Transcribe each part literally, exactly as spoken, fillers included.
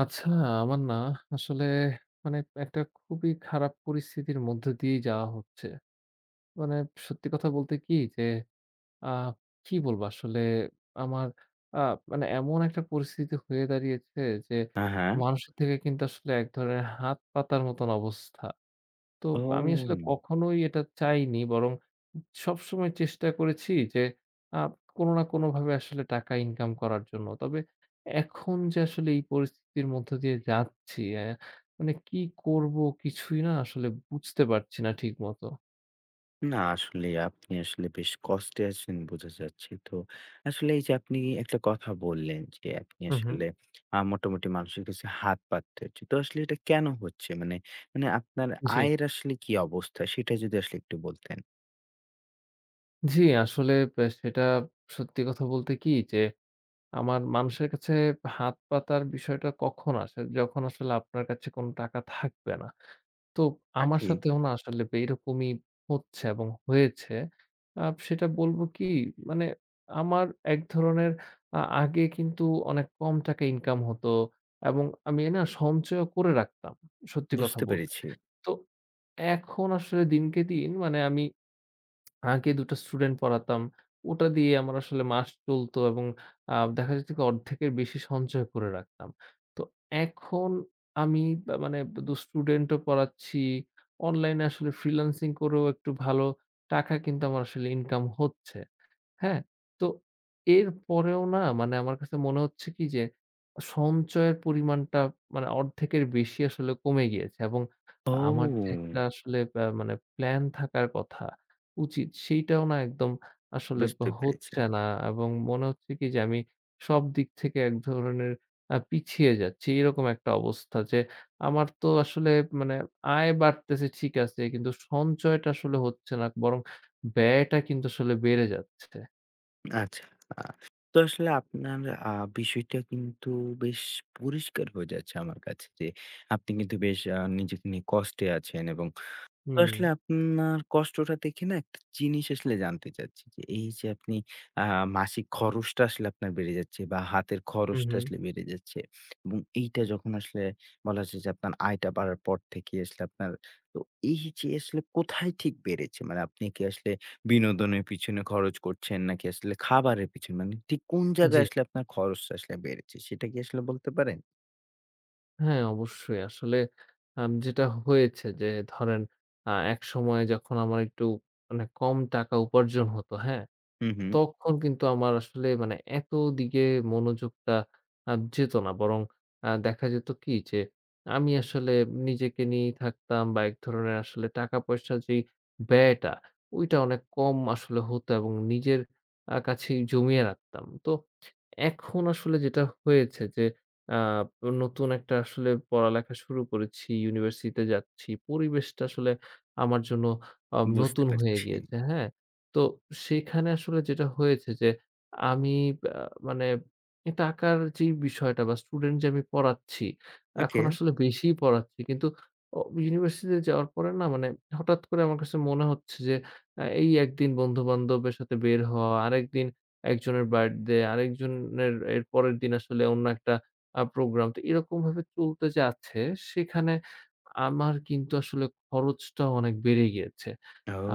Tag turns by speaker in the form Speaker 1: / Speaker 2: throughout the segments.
Speaker 1: আচ্ছা, আমার না আসলে মানে একটা খুবই খারাপ পরিস্থিতির মধ্য দিয়েই যাওয়া হচ্ছে। মানে সত্যি কথা বলতে কি যে আ কি বলবো আসলে আমার আ মানে এমন একটা পরিস্থিতি হয়ে দাঁড়িয়েছে যে
Speaker 2: হ্যাঁ, হ্যাঁ।
Speaker 1: মানুষের থেকে কিন্তু আসলে এক ধরনের হাত পাতার মতন অবস্থা। তো আমি আসলে
Speaker 2: ও!
Speaker 1: কখনোই এটা চাইনি। বরং সবসময় চেষ্টা করেছি যে আ কোনো না কোনোভাবে আসলে টাকা ইনকাম করার জন্য। তবে এখন যে আসলে এই পরিস্থিতির মধ্য দিয়ে যাচ্ছি, অ্যা মানে কি করব কিছুই না আসলে বুঝতে পারছি না ঠিকমতো।
Speaker 2: না আসলে আপনি আসলে বেশ কষ্টে আছেন বোঝা যাচ্ছে। তো আসলে এই যে আপনি একটা কথা বললেন যে আপনি
Speaker 1: হুম, হুম।
Speaker 2: আসলে আ মোটামুটি মানুষের কাছে হাত পাততে হচ্ছে। তো আসলে এটা কেন হচ্ছে? মানে মানে আপনার
Speaker 1: জি।
Speaker 2: আয়ের আসলে কি অবস্থা সেটা যদি আসলে একটু বলতেন।
Speaker 1: জি, আসলে ব্যা সেটা সত্যি কথা বলতে কি যে আমার মানুষের কাছে হাত পাতার বিষয়টা কখন আসে? যখন আসলে আপনার কাছে কোনো টাকা থাকবে না। তো
Speaker 2: হ্যাঁ,
Speaker 1: আমার
Speaker 2: ঠিক।
Speaker 1: সাথেও না আসলে এরকমই হচ্ছে এবং হয়েছে। আ সেটা বলব কি মানে আমার এক ধরনের আ আগে কিন্তু অনেক কম টাকা ইনকাম হতো এবং আমি না সঞ্চয়ও করে রাখতাম। সত্যি কথা
Speaker 2: বুঝতে
Speaker 1: বলতে।
Speaker 2: পেরেছি।
Speaker 1: তো এখন আসলে দিনকে দিন মানে আমি আগে দুই টা স্টুডেন্ট পড়াতাম। ওটা দিয়ে আমার আসলে মাস চলতো এবং আ দেখা যেত কি অর্ধেকের বেশি সঞ্চয় করে রাখতাম। তো এখন আমি বা মানে দুই স্টুডেন্টও পড়াচ্ছি। অনলাইনে আসলে ফ্রিল্যান্সিং করেও একটু ভালো টাকা কিন্তু আমার আসলে ইনকাম হচ্ছে। হ্যাঁ, তো এরপরেও না মানে আমার কাছে মনে হচ্ছে কি যে সঞ্চয়ের পরিমাণটা মানে অর্ধেকের বেশি আসলে কমে গিয়েছে এবং আমার যে
Speaker 2: ও!
Speaker 1: একটা আসলে আ মানে প্ল্যান থাকার কথা উচিত সেইটাও না একদম আসলে
Speaker 2: বুঝতে পেরেছি।
Speaker 1: হচ্ছে না এবং মনে হচ্ছে কি যে আমি সব দিক থেকে এক ধরনের আ পিছিয়ে যাচ্ছি। এরকম একটা অবস্থা যে আমার তো আসলে মানে আয় বাড়তেছে ঠিক আছে কিন্তু সঞ্চয়টা আসলে হচ্ছে না বরং ব্যয়টা কিন্তু আসলে বেড়ে যাচ্ছে।
Speaker 2: আচ্ছা। আ তো আসলে আপনার আ বিষয়টা কিন্তু বেশ পরিষ্কার হয়ে যাচ্ছে আমার কাছে যে, আপনি কিন্তু বেশ আ নিজেকে নিয়ে কষ্টে আছেন এবং তো
Speaker 1: হুম,
Speaker 2: আসলে আপনার কষ্টটা দেখে না একটা জিনিস আসলে জানতে চাচ্ছি যে, এই যে আপনি আ মাসিক খরচটা আসলে আপনার বেড়ে যাচ্ছে বা হাতের
Speaker 1: হুম,
Speaker 2: খরচটা
Speaker 1: হুম।
Speaker 2: আসলে বেড়ে যাচ্ছে এবং এইটা যখন আসলে বলা যায় যে আপনার আয়টা বাড়ার পর থেকেই আসলে আপনার। তো এই যে আসলে কোথায় ঠিক বেড়েছে? মানে আপনি কি আসলে বিনোদনের পিছনে খরচ করছেন নাকি আসলে খাবারের পিছনে? মানে ঠিক কোন
Speaker 1: জি।
Speaker 2: জায়গায় আসলে আপনার খরচটা আসলে বেড়েছে সেটা কি আসলে বলতে পারেন?
Speaker 1: হ্যাঁ, অবশ্যই। আসলে আম যেটা হয়েছে যে ধরেন আ একসময় যখন আমার একটু মানে কম টাকা উপার্জন হতো, হ্যাঁ?
Speaker 2: হুম, হুম।
Speaker 1: তখন কিন্তু আমার আসলে মানে এত দিকে মনোযোগটা আ যেত না। বরং আ দেখা যেত কি যে আমি আসলে নিজেকে নিয়েই থাকতাম বা এক ধরনের আসলে টাকা-পয়সার যেই ব্যয়টা, ওইটা অনেক কম আসলে হতো এবং নিজের আ কাছেই জমিয়ে রাখতাম। তো এখন আসলে যেটা হয়েছে যে আ নতুন একটা আসলে পড়ালেখা শুরু করেছি, ইউনিভার্সিটিতে যাচ্ছি। পরিবেশটা আসলে আমার জন্য আ
Speaker 2: বুঝতে
Speaker 1: নতুন হয়ে
Speaker 2: পারছি।
Speaker 1: গিয়েছে, হ্যাঁ? তো সেখানে আসলে যেটা হয়েছে যে আমি আ মানে টাকার যেই বিষয়টা বা স্টুডেন্ট যে আমি পড়াচ্ছি, এখন
Speaker 2: ওকে।
Speaker 1: আসলে বেশিই পড়াচ্ছি। কিন্তু অ ইউনিভার্সিটিতে যাওয়ার পরে না মানে হঠাৎ করে আমার কাছে মনে হচ্ছে যে আ এই একদিন বন্ধু-বান্ধবের সাথে বের হওয়া, আরেকদিন একজনের বার্থডে, আরেকজনের এরপরের দিন আসলে অন্য একটা আ প্রোগ্রাম। তো এরকমভাবে চলতে যাচ্ছে, সেখানে আমার কিন্তু আসলে খরচটা অনেক বেড়ে গিয়েছে।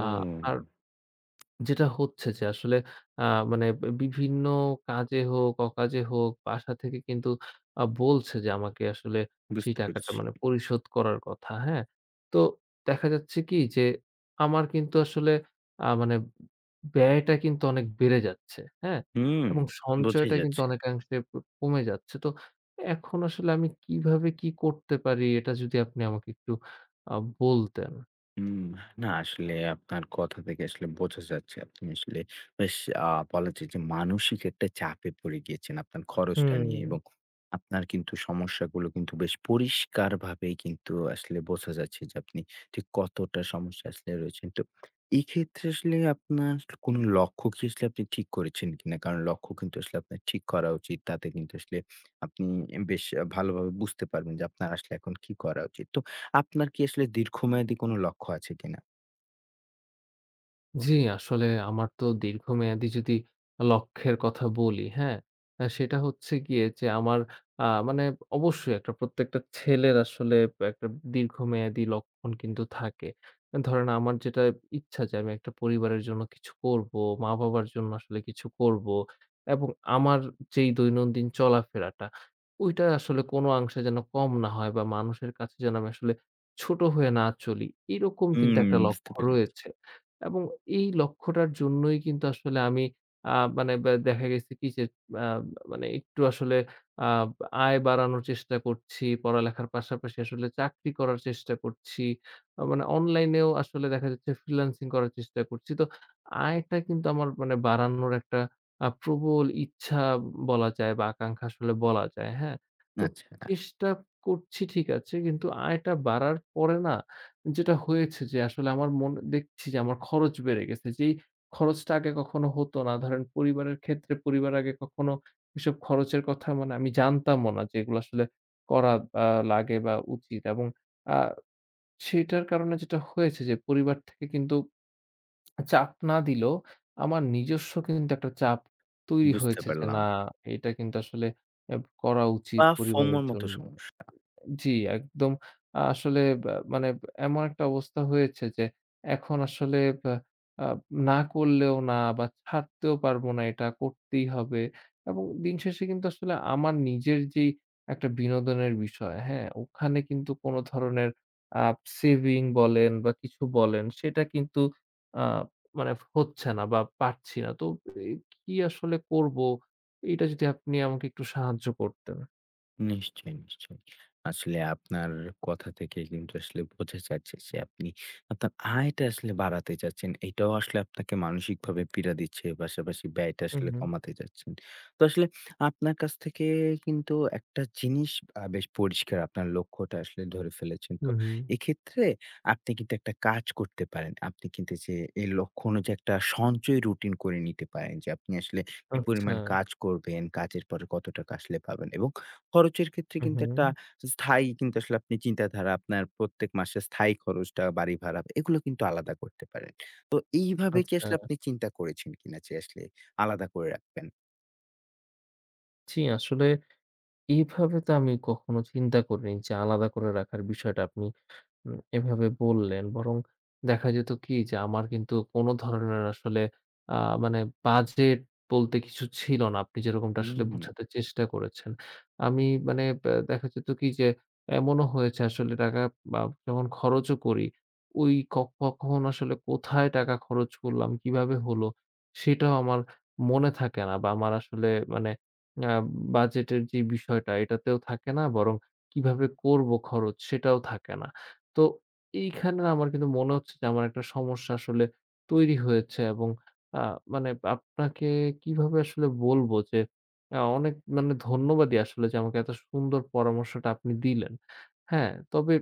Speaker 1: আ আর যেটা হচ্ছে যে আসলে আ মানে বিভিন্ন কাজে হোক, অকাজে হোক বাসা থেকে কিন্তু আ বলছে যে আমাকে আসলে সেই
Speaker 2: বুঝতে
Speaker 1: টাকাটা
Speaker 2: পারছি।
Speaker 1: মানে পরিশোধ করার কথা, হ্যাঁ? তো দেখা যাচ্ছে কি যে আমার কিন্তু আসলে আ মানে ব্যয়টা কিন্তু অনেক বেড়ে যাচ্ছে, হ্যাঁ?
Speaker 2: হুম,
Speaker 1: এবং
Speaker 2: বোঝাই
Speaker 1: সঞ্চয়টা কিন্তু
Speaker 2: যাচ্ছে।
Speaker 1: অনেকাংশে ক কমে যাচ্ছে। তো এখন আসলে আমি কিভাবে কি করতে পারি এটা যদি আপনি আমাকে একটু আ বলতেন।
Speaker 2: হুম, না আসলে আপনার কথা থেকে আসলে বোঝা যাচ্ছে আপনি আসলে বেশ আ বলা যায় যে মানসিক একটা চাপে পড়ে গিয়েছেন আপনার খরচটা নিয়ে
Speaker 1: হুম।
Speaker 2: এবং আপনার কিন্তু সমস্যাগুলো কিন্তু বেশ পরিষ্কারভাবেই কিন্তু আসলে বোঝা যাচ্ছে যে আপনি ঠিক কতটা সমস্যা আসলে রয়েছেন। তো এক্ষেত্রে আসলে আপনার কোন লক্ষ্য কি আসলে আপনি ঠিক করেছেন কিনা? কারণ লক্ষ্য কিন্তু আসলে আপনার ঠিক করা উচিত। তাতে কিন্তু আসলে আপনি বেশ ভালোভাবে বুঝতে পারবেন যে আপনার আসলে এখন কি করা উচিত। তো আপনার কি আসলে দীর্ঘমেয়াদী কোনো লক্ষ্য আছে কিনা?
Speaker 1: জি, আসলে আমার তো দীর্ঘমেয়াদী যদি লক্ষ্যের কথা বলি, হ্যাঁ? আ সেটা হচ্ছে গিয়ে যে আমার আ মানে অবশ্যই একটা প্রত্যেকটা ছেলের আসলে একটা দীর্ঘমেয়াদী লক্ষণ কিন্তু থাকে। ধরেন আমার যেটা ইচ্ছা যে আমি একটা পরিবারের জন্য কিছু করবো, মা-বাবার জন্য আসলে কিছু করবো এবং আমার যেই দৈনন্দিন চলাফেরাটা, ওইটা আসলে কোনো অংশে যেন কম না হয় বা মানুষের কাছে যেন আমি আসলে ছোট হয়ে না চলি, এরকম কিন্তু
Speaker 2: হুম,
Speaker 1: একটা
Speaker 2: বুঝতে
Speaker 1: লক্ষ্য
Speaker 2: পেরেছি।
Speaker 1: রয়েছে। এবং এই লক্ষ্যটার জন্যই কিন্তু আসলে আমি আ মানে বে দেখা গেছে কি যে আ মানে একটু আসলে আ আয় বাড়ানোর চেষ্টা করছি। পড়ালেখার পাশাপাশি আসলে চাকরি করার চেষ্টা করছি। আ মানে অনলাইনেও আসলে দেখা যাচ্ছে ফ্রিল্যান্সিং করার চেষ্টা করছি। তো আয়টা কিন্তু আমার মানে বাড়ানোর একটা আ প্রবল ইচ্ছা বলা যায় বা আকাঙ্খা আসলে বলা যায়। হ্যাঁ? তো
Speaker 2: আচ্ছা,
Speaker 1: চেষ্টা করছি ঠিক আছে। কিন্তু আয়টা বাড়ার পরে না যেটা হয়েছে যে আসলে আমার মন দেখছি যে আমার খরচ বেড়ে গেছে। যেই খরচটা আগে কখনো হতো না। ধরেন পরিবারের ক্ষেত্রে পরিবার আগে কখনো এসব খরচের কথা মানে আমি জানতামও না যে এগুলো আসলে করা আ লাগে বা উচিত এবং আ সেটার কারণে যেটা হয়েছে যে পরিবার থেকে কিন্তু চাপ না দিলেও আমার নিজস্ব কিন্তু একটা চাপ তৈরি
Speaker 2: বুঝতে
Speaker 1: হয়েছে যে না
Speaker 2: পারলাম।
Speaker 1: এটা কিন্তু আসলে এব করা উচিত
Speaker 2: বা FOMO
Speaker 1: পরিবারের
Speaker 2: র মতো
Speaker 1: জন্য।
Speaker 2: সমস্যা।
Speaker 1: জি, একদম। আসলে ব্যা মানে এমন একটা অবস্থা হয়েছে যে এখন আসলে ব্যা আ না করলেও না বা ছাড়তেও পারবো না, এটা করতেই হবে। এবং দিন শেষে কিন্তু আসলে আমার নিজের যেই একটা বিনোদনের বিষয়, হ্যাঁ? ওখানে কিন্তু কোনো ধরনের আ সেভিং বলেন বা কিছু বলেন, সেটা কিন্তু আ মানে হচ্ছে না বা পারছি না। তো এ কি আসলে করব? এটা যদি আপনি আমাকে একটু সাহায্য করতেন।
Speaker 2: নিশ্চয়ই, নিশ্চয়ই। আসলে আপনার কথা থেকে কিন্তু আসলে বোঝা যাচ্ছে যে আপনি আপনার আয়টা আসলে বাড়াতে চাচ্ছেন। এটাও আসলে আপনাকে মানসিকভাবে পীড়া দিচ্ছে। পাশাপাশি ব্যয়টা
Speaker 1: হুম,
Speaker 2: আসলে
Speaker 1: হুম।
Speaker 2: কমাতে চাচ্ছেন। তো আসলে আপনার কাছ থেকে কিন্তু একটা জিনিস আ বেশ পরিষ্কার আপনার লক্ষ্যটা আসলে ধরে ফেলেছেন।
Speaker 1: হুম,
Speaker 2: তো
Speaker 1: হুম।
Speaker 2: এক্ষেত্রে আপনি কিন্তু একটা কাজ করতে পারেন। আপনি কিন্তু যে এই লক্ষ্য অনুযায়ী একটা সঞ্চয় রুটিন করে নিতে পারেন যে আপনি আসলে কি
Speaker 1: আচ্ছা।
Speaker 2: পরিমাণ কাজ করবেন, কাজের পরে কত টাকা আসলে পাবেন এবং খরচের ক্ষেত্রে
Speaker 1: হুম,
Speaker 2: কিন্তু
Speaker 1: হুম।
Speaker 2: একটা স্থায়ী কিন্তু আসলে আপনি চিন্তাধারা, আপনার প্রত্যেক মাসে স্থায়ী খরচটা, বাড়ি ভাড়া এগুলো কিন্তু আলাদা করতে পারেন। তো এইভাবে কি
Speaker 1: আচ্ছা।
Speaker 2: আসলে আপনি চিন্তা করেছেন কিনা যে আসলে আলাদা করে রাখবেন?
Speaker 1: জি, আসলে এইভাবে তো আমি কখনো চিন্তা করিনি যে আলাদা করে রাখার বিষয়টা আপনি উম এভাবে বললেন। বরং দেখা যেত কি যে আমার কিন্তু কোনো ধরনের আসলে আ মানে বাজেট বলতে কিছু ছিল না। আপনি যেরকমটা আসলে
Speaker 2: হুম,
Speaker 1: বুঝাতে চেষ্টা করেছেন। আমি মানে ব্যা দেখা যেত কি যে এমনও হয়েছে আসলে টাকা বা যখন খরচও করি, ওই ক কখন আসলে কোথায় টাকা খরচ করলাম, কিভাবে হলো সেটাও আমার মনে থাকে না বা আমার আসলে মানে আ বাজেটের যে বিষয়টা এটাতেও থাকে না বরং কিভাবে করব খরচ সেটাও থাকে না। তো এইখানে না আমার কিন্তু মনে হচ্ছে যে আমার একটা সমস্যা আসলে তৈরি হয়েছে এবং আ মানে আপনাকে কিভাবে আসলে বলবো যে আ অনেক মানে ধন্যবাদই আসলে যে আমাকে এত সুন্দর পরামর্শটা আপনি দিলেন। হ্যাঁ, তবে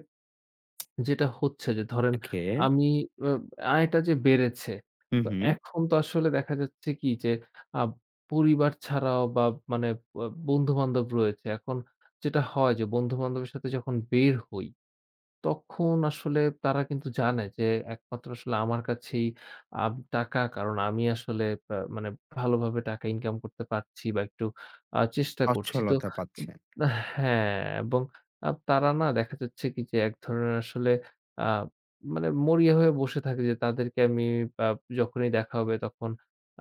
Speaker 1: যেটা হচ্ছে যে ধরেন
Speaker 2: ওকে।
Speaker 1: আমি আ আয়টা যে বেড়েছে,
Speaker 2: হু,
Speaker 1: তো
Speaker 2: হু।
Speaker 1: এখন তো আসলে দেখা যাচ্ছে কি যে আ পরিবার ছাড়াও বা মানে ব বন্ধু-বান্ধব রয়েছে। এখন যেটা হয় যে বন্ধু-বান্ধবের সাথে যখন বের হই তখন আসলে তারা কিন্তু জানে যে একমাত্র আসলে আমার কাছেই আব টাকা কারণ আমি আসলে আ মানে ভালোভাবে টাকা ইনকাম করতে পারছি বা একটু আ চেষ্টা করছি। তো
Speaker 2: অচ্ছলতা
Speaker 1: উম
Speaker 2: পাচ্ছেন।
Speaker 1: হ্যাঁ, এবং আ তারা না দেখা যাচ্ছে কি যে এক ধরনের আসলে আ মানে মরিয়া হয়ে বসে থাকে যে তাদেরকে আমি আ যখনই দেখা হবে তখন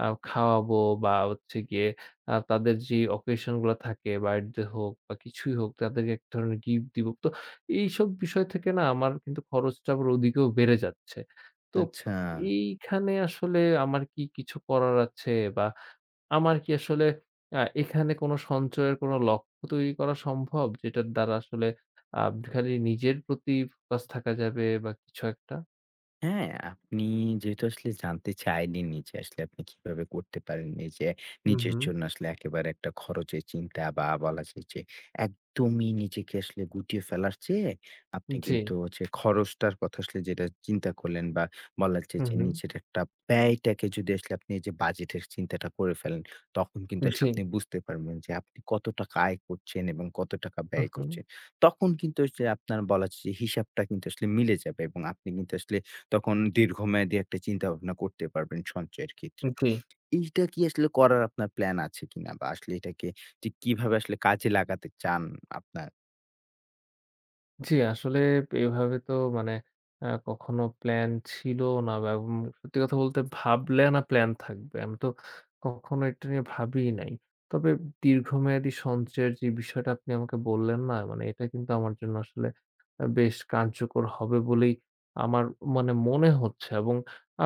Speaker 1: আ খাওয়াবো বা হচ্ছে গিয়ে আ তাদের যে অকেশন গুলা থাকে বার্থডে হোক বা কিছুই হোক তাদেরকে এক ধরনের গিফট দিব। তো এইসব বিষয় থেকে না আমার কিন্তু খরচটা আবার ওদিকেও বেড়ে যাচ্ছে। তো
Speaker 2: আচ্ছা।
Speaker 1: এইখানে আসলে আমার কি কিছু করার আছে? বা আমার কি আসলে আ এখানে কোনো সঞ্চয়ের কোনো লক্ষ্য তৈরি করা সম্ভব? যেটার দ্বারা আসলে আ খালি নিজের প্রতি ফোকাস থাকা যাবে বা কিছু একটা?
Speaker 2: হ্যাঁ, আপনি যেহেতু আসলে জানতে চাইলেনই যে আসলে আপনি কিভাবে করতে পারেন এই যে
Speaker 1: হুম,
Speaker 2: নিজের
Speaker 1: হুম।
Speaker 2: জন্য আসলে একেবারে একটা খরচের চিন্তা বা বলা যায় যে একদমই নিজেকে আসলে গুটিয়ে ফেলার চেয়ে আপনি
Speaker 1: জি।
Speaker 2: কিন্তু হচ্ছে খরচটার কথা আসলে যেটা চিন্তা করলেন বা বলা যায়
Speaker 1: হুম,
Speaker 2: যে
Speaker 1: হুম।
Speaker 2: নিজের একটা ব্যয়টাকে যদি আসলে আপনি এই যে বাজেটের চিন্তাটা করে ফেলেন, তখন কিন্তু আসলে
Speaker 1: জি।
Speaker 2: আপনি বুঝতে পারবেন যে আপনি কত টাকা আয় করছেন এবং কত টাকা
Speaker 1: হুম,
Speaker 2: ব্যয়
Speaker 1: হুম।
Speaker 2: করছেন। তখন কিন্তু ওই যে আপনার বলা যায় যে হিসাবটা কিন্তু আসলে মিলে যাবে এবং আপনি কিন্তু আসলে তখন দীর্ঘমেয়াদী একটা চিন্তাভাবনা করতে পারবেন সঞ্চয়ের ক্ষেত্রে। তো
Speaker 1: জি।
Speaker 2: এইটা কি আসলে করার আপনার প্ল্যান আছে কিনা? বা আসলে এটাকে ঠিক কিভাবে আসলে কাজে লাগাতে চান আপনার?
Speaker 1: জি, আসলে এভাবে তো মানে আ কখনো প্ল্যান ছিল না বা উম সত্যি কথা বলতে ভাবলে না প্ল্যান থাকবে। আমি তো কখনো এটা নিয়ে ভাবিই নাই। তবে দীর্ঘমেয়াদী সঞ্চয়ের যে বিষয়টা আপনি আমাকে বললেন না, মানে এটা কিন্তু আমার জন্য আসলে আ বেশ কার্যকর হবে বলেই আমার মানে মনে হচ্ছে এবং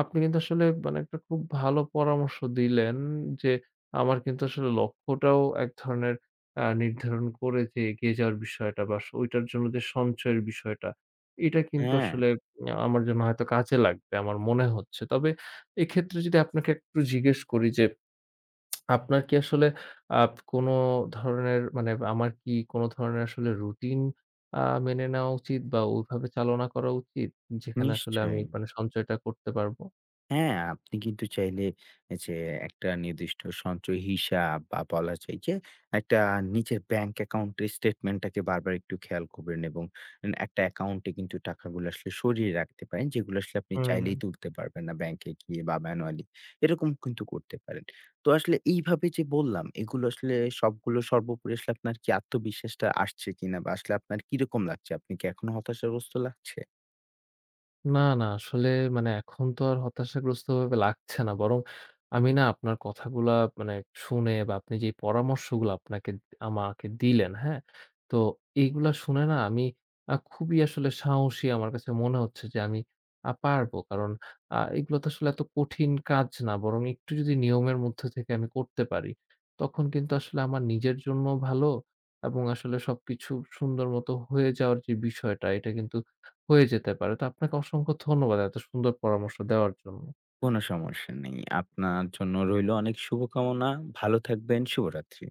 Speaker 1: আপনি কিন্তু আসলে মানে একটা খুব ভালো পরামর্শ দিলেন যে, আমার কিন্তু আসলে লক্ষ্যটাও এক ধরনের আ নির্ধারণ করে যে এগিয়ে যাওয়ার বিষয়টা বা স ওইটার জন্য যে সঞ্চয়ের বিষয়টা, এটা কিন্তু
Speaker 2: হ্যাঁ,
Speaker 1: আসলে আ আমার জন্য হয়তো কাজে লাগবে আমার মনে হচ্ছে। তবে এক্ষেত্রে যদি আপনাকে একটু জিজ্ঞেস করি যে আপনার কি আসলে আপ কোনো ধরনের মানে আমার কি কোনো ধরনের আসলে রুটিন আ মেনে নেওয়া উচিত বা ওইভাবে চালনা করা উচিত যেখানে আসলে আমি
Speaker 2: নিশ্চয়ই।
Speaker 1: মানে সঞ্চয়টা করতে পারবো?
Speaker 2: হ্যাঁ, আপনি কিন্তু চাইলে যে একটা নির্দিষ্ট সঞ্চয় হিসাব বা বলা যায় যে একটা নিজের ব্যাংক অ্যাকাউন্টের স্টেটমেন্টটাকে বারবার একটু খেয়াল করবেন এবং একটা অ্যাকাউন্টে কিন্তু টাকাগুলো আসলে সরিয়ে রাখতে পারেন, যেগুলো আসলে আপনি চাইলেই
Speaker 1: হুম।
Speaker 2: তুলতে পারবেন না ব্যাংকে গিয়ে বা ম্যানুয়ালি। এরকম কিন্তু করতে পারেন। তো আসলে এইভাবে যে বললাম, এগুলো আসলে সবগুলো সর্বোপরি আসলে আপনার কি আত্মবিশ্বাসটা আসছে কিনা বা আসলে আপনার কিরকম লাগছে? আপনি কি এখনো হতাশাগ্রস্ত লাগছে?
Speaker 1: না, না। আসলে মানে এখন তো আর হতাশাগ্রস্তভাবে লাগছে না। বরং আমি না আপনার কথাগুলা মানে শুনে বা আপনি যে পরামর্শগুলো আপনাকে আমাকে দিলেন, হ্যাঁ? তো এইগুলা শুনে না আমি আ খুবই আসলে সাহসী আমার কাছে মনে হচ্ছে যে আমি আ পারবো। কারণ আ এগুলো তো আসলে এত কঠিন কাজ না। বরং একটু যদি নিয়মের মধ্যে থেকে আমি করতে পারি, তখন কিন্তু আসলে আমার নিজের জন্য ভালো এবং আসলে সবকিছু সুন্দর মতো হয়ে যাওয়ার যে বিষয়টা, এটা কিন্তু হয়ে যেতে পারে। তো আপনাকে অসংখ্য ধন্যবাদ এত সুন্দর পরামর্শ দেওয়ার জন্য।
Speaker 2: কোনো সমস্যা নেই। আপনার জন্য রইলো অনেক শুভকামনা। ভালো থাকবেন। শুভরাত্রি।